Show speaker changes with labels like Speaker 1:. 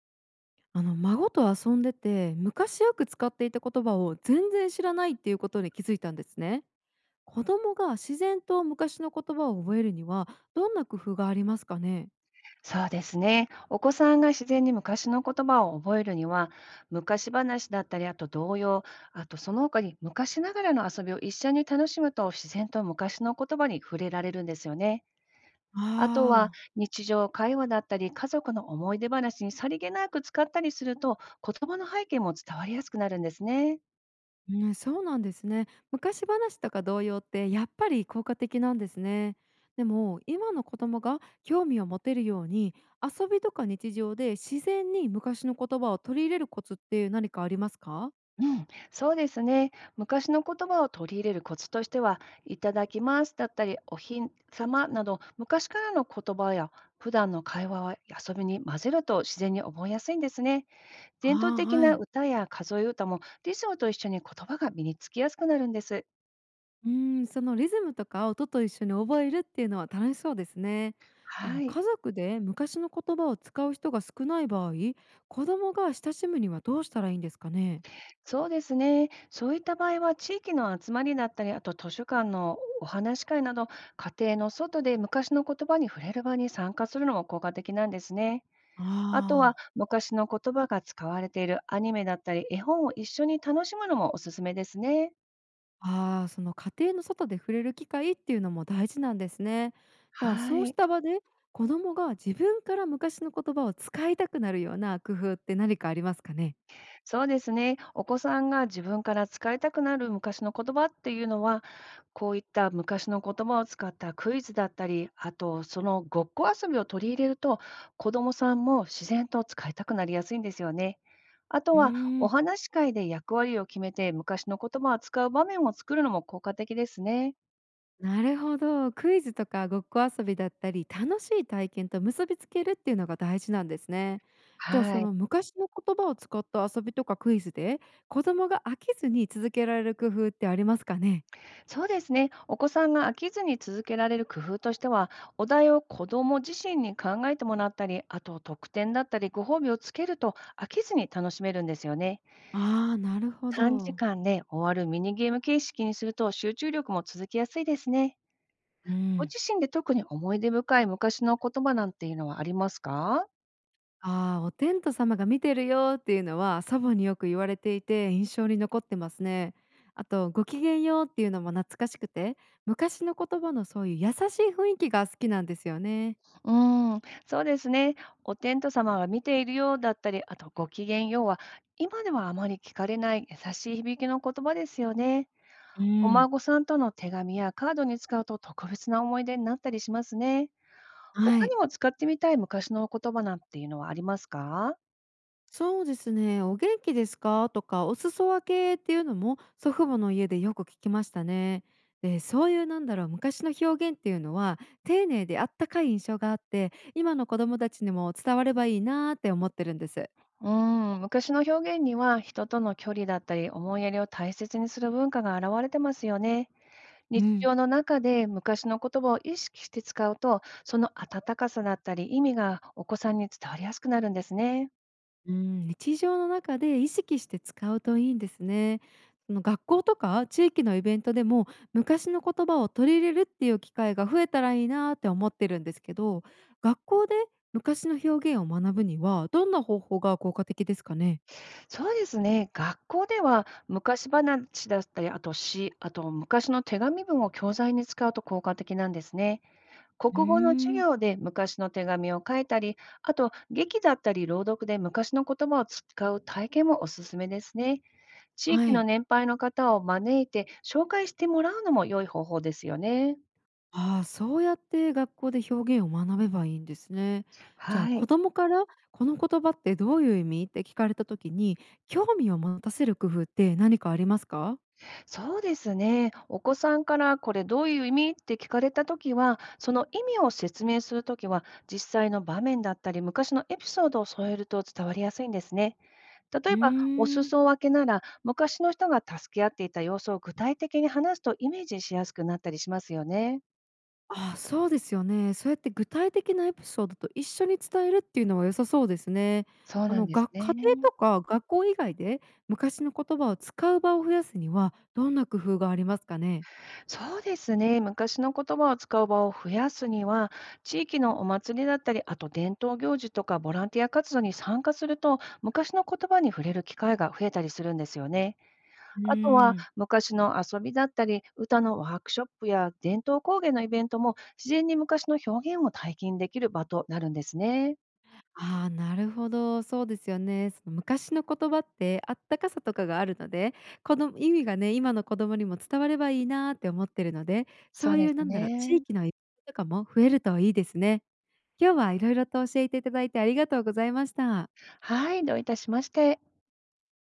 Speaker 1: 孫と遊んでて昔よく使っていた言葉を全然知らないっていうことに気づいたんですね。子供が自然と昔の言葉を覚えるにはどんな工夫がありますかね。
Speaker 2: そうですね。お子さんが自然に昔の言葉を覚えるには、昔話だったり、あと童謡、あとその他に昔ながらの遊びを一緒に楽しむと、自然と昔の言葉に触れられるんですよね。あとは
Speaker 1: あ
Speaker 2: 日常会話だったり、家族の思い出話にさりげなく使ったりすると、言葉の背景も伝わりやすくなるんですね。
Speaker 1: あ、ね、そうなんですね。昔話とか同様ってやっぱり効果的なんですね。でも今の子供が興味を持てるように遊びとか日常で自然に昔の言葉を取り入れるコツって何かありますか。
Speaker 2: うん、そうですね。昔の言葉を取り入れるコツとしては、いただきますだったり、おひん様など、昔からの言葉や普段の会話は遊びに混ぜると自然に覚えやすいんですね。伝統
Speaker 1: ああー、
Speaker 2: 的
Speaker 1: は
Speaker 2: な
Speaker 1: い。
Speaker 2: 歌や数え歌も、リズムと一緒に言葉が身につきやすくなるんです。
Speaker 1: そのリズムとか音と一緒に覚えるっていうのは楽しそうですね。
Speaker 2: はい、
Speaker 1: 家族で昔の言葉を使う人が少ない場合、子供が親しむにはどうしたらいいんですかね。
Speaker 2: そうですね。そういった場合は、地域の集まりだったり、あと図書館のお話し会など、家庭の外で昔の言葉に触れる場に参加するのも効果的なんですね。あと
Speaker 1: あ
Speaker 2: は昔の言葉が使われているアニメだったり、絵本を一緒に楽しむのもおすすめですね。
Speaker 1: あ、ああ、その家庭の外で触れる機会っていうのも大事なんですね。じゃあ
Speaker 2: は
Speaker 1: そうし
Speaker 2: い。
Speaker 1: た場で子供が自分から昔の言葉を使いたくなるような工夫って何かありますかね。
Speaker 2: そうですね。お子さんが自分から使いたくなる昔の言葉っていうのは、こういった昔の言葉を使ったクイズだったり、あとそのごっこ遊びを取り入れると、子どもさんも自然と使いたくなりやすいんですよね。あと
Speaker 1: う
Speaker 2: は、
Speaker 1: ー
Speaker 2: お
Speaker 1: ん。
Speaker 2: 話し会で役割を決めて昔の言葉を使う場面を作るのも効果的ですね。
Speaker 1: なるほど。クイズとかごっこ遊びだったり、楽しい体験と結びつけるっていうのが大事なんですね。じゃあそ
Speaker 2: はい。
Speaker 1: の昔の言葉を使った遊びとかクイズで子供が飽きずに続けられる工夫ってありますかね。
Speaker 2: そうですね。お子さんが飽きずに続けられる工夫としては、お題を子ども自身に考えてもらったり、あと特典だったりご褒美をつけると飽きずに楽しめるんですよね。
Speaker 1: ああー、なるほ
Speaker 2: 短時
Speaker 1: ど。
Speaker 2: 間で終わるミニゲーム形式にすると集中力も続きやすいですね。
Speaker 1: う
Speaker 2: ご
Speaker 1: ん、
Speaker 2: 自身で特に思い出深い昔の言葉なんていうのはありますか？
Speaker 1: ああ、お天道様が見てるよっていうのは祖母によく言われていて印象に残ってますね。あとごきげんようっていうのも懐かしくて、昔の言葉のそういう優しい雰囲気が好きなんですよね。
Speaker 2: うーん、そうですね。お天道様が見ているようだったり、あとご機嫌ようは、今ではあまり聞かれない優しい響きの言葉ですよね。
Speaker 1: う
Speaker 2: お
Speaker 1: ん。
Speaker 2: 孫さんとの手紙やカードに使うと特別な思い出になったりしますね。
Speaker 1: は
Speaker 2: 他
Speaker 1: い、
Speaker 2: にも使ってみたい昔の言葉なんていうのはありますか？
Speaker 1: そうですね。お元気ですかとか、お裾分けっていうのも祖父母の家でよく聞きましたね。で、そういう昔の表現っていうのは丁寧であったかい印象があって、今の子供たちにも伝わればいいなーって思ってるんです。
Speaker 2: うーん、昔の表現には人との距離だったり思いやりを大切にする文化が現れてますよね。
Speaker 1: う
Speaker 2: 日
Speaker 1: ん。
Speaker 2: 常の中で昔の言葉を意識して使うと、その温かさだったり意味がお子さんに伝わりやすくなるんですね。
Speaker 1: うん、日常の中で意識して使うといいんですね。その学校とか地域のイベントでも昔の言葉を取り入れるっていう機会が増えたらいいなって思ってるんですけど、学校で昔の表現を学ぶにはどんな方法が効果的ですかね？
Speaker 2: そうですね。学校では昔話だったり、あと詩、あと昔の手紙文を教材に使うと効果的なんですね。
Speaker 1: うー
Speaker 2: 国語の授
Speaker 1: ん、
Speaker 2: 業で昔の手紙を書いたり、あと劇だったり朗読で昔の言葉を使う体験もおすすめですね。地
Speaker 1: は
Speaker 2: 域の
Speaker 1: い。
Speaker 2: 年配の方を招いて紹介してもらうのも良い方法ですよね。
Speaker 1: ああ、そうやって学校で表現を学べばいいんですね。じゃあ
Speaker 2: は
Speaker 1: 子
Speaker 2: い。
Speaker 1: 供からこの言葉ってどういう意味って聞かれた時に興味を持たせる工夫って何かありますか？
Speaker 2: そうですね。お子さんからこれどういう意味って聞かれたときは、その意味を説明するときは、実際の場面だったり、昔のエピソードを添えると伝わりやすいんですね。例
Speaker 1: う
Speaker 2: えば、お
Speaker 1: ーん。
Speaker 2: 裾分けなら、昔の人が助け合っていた様子を具体的に話すとイメージしやすくなったりしますよね。
Speaker 1: ああ、そうですよね。そうやって具体的なエピソードと一緒に伝えるっていうのは良さそうですね。
Speaker 2: そうなんです
Speaker 1: が家
Speaker 2: ね。
Speaker 1: 庭とか学校以外で昔の言葉を使う場を増やすにはどんな工夫がありますかね？
Speaker 2: そうですね。昔の言葉を使う場を増やすには、地域のお祭りだったり、あと伝統行事とかボランティア活動に参加すると、昔の言葉に触れる機会が増えたりするんですよね。
Speaker 1: う
Speaker 2: あとは、
Speaker 1: ーん。
Speaker 2: 昔の遊びだったり、歌のワークショップや伝統工芸のイベントも、自然に昔の表現を体験できる場となるんですね。
Speaker 1: ああ、なるほど、そうですよね。その昔の言葉ってあったかさとかがあるので、こ供意味がね、今の子供にも伝わればいいなって思ってるので、
Speaker 2: そ
Speaker 1: そ
Speaker 2: う
Speaker 1: う
Speaker 2: で
Speaker 1: いう
Speaker 2: す
Speaker 1: 地
Speaker 2: ね。
Speaker 1: 域のイベントとかも増えるといいですね。今日は色々と教えていただいてありがとうございました。
Speaker 2: はい、どういたしまして。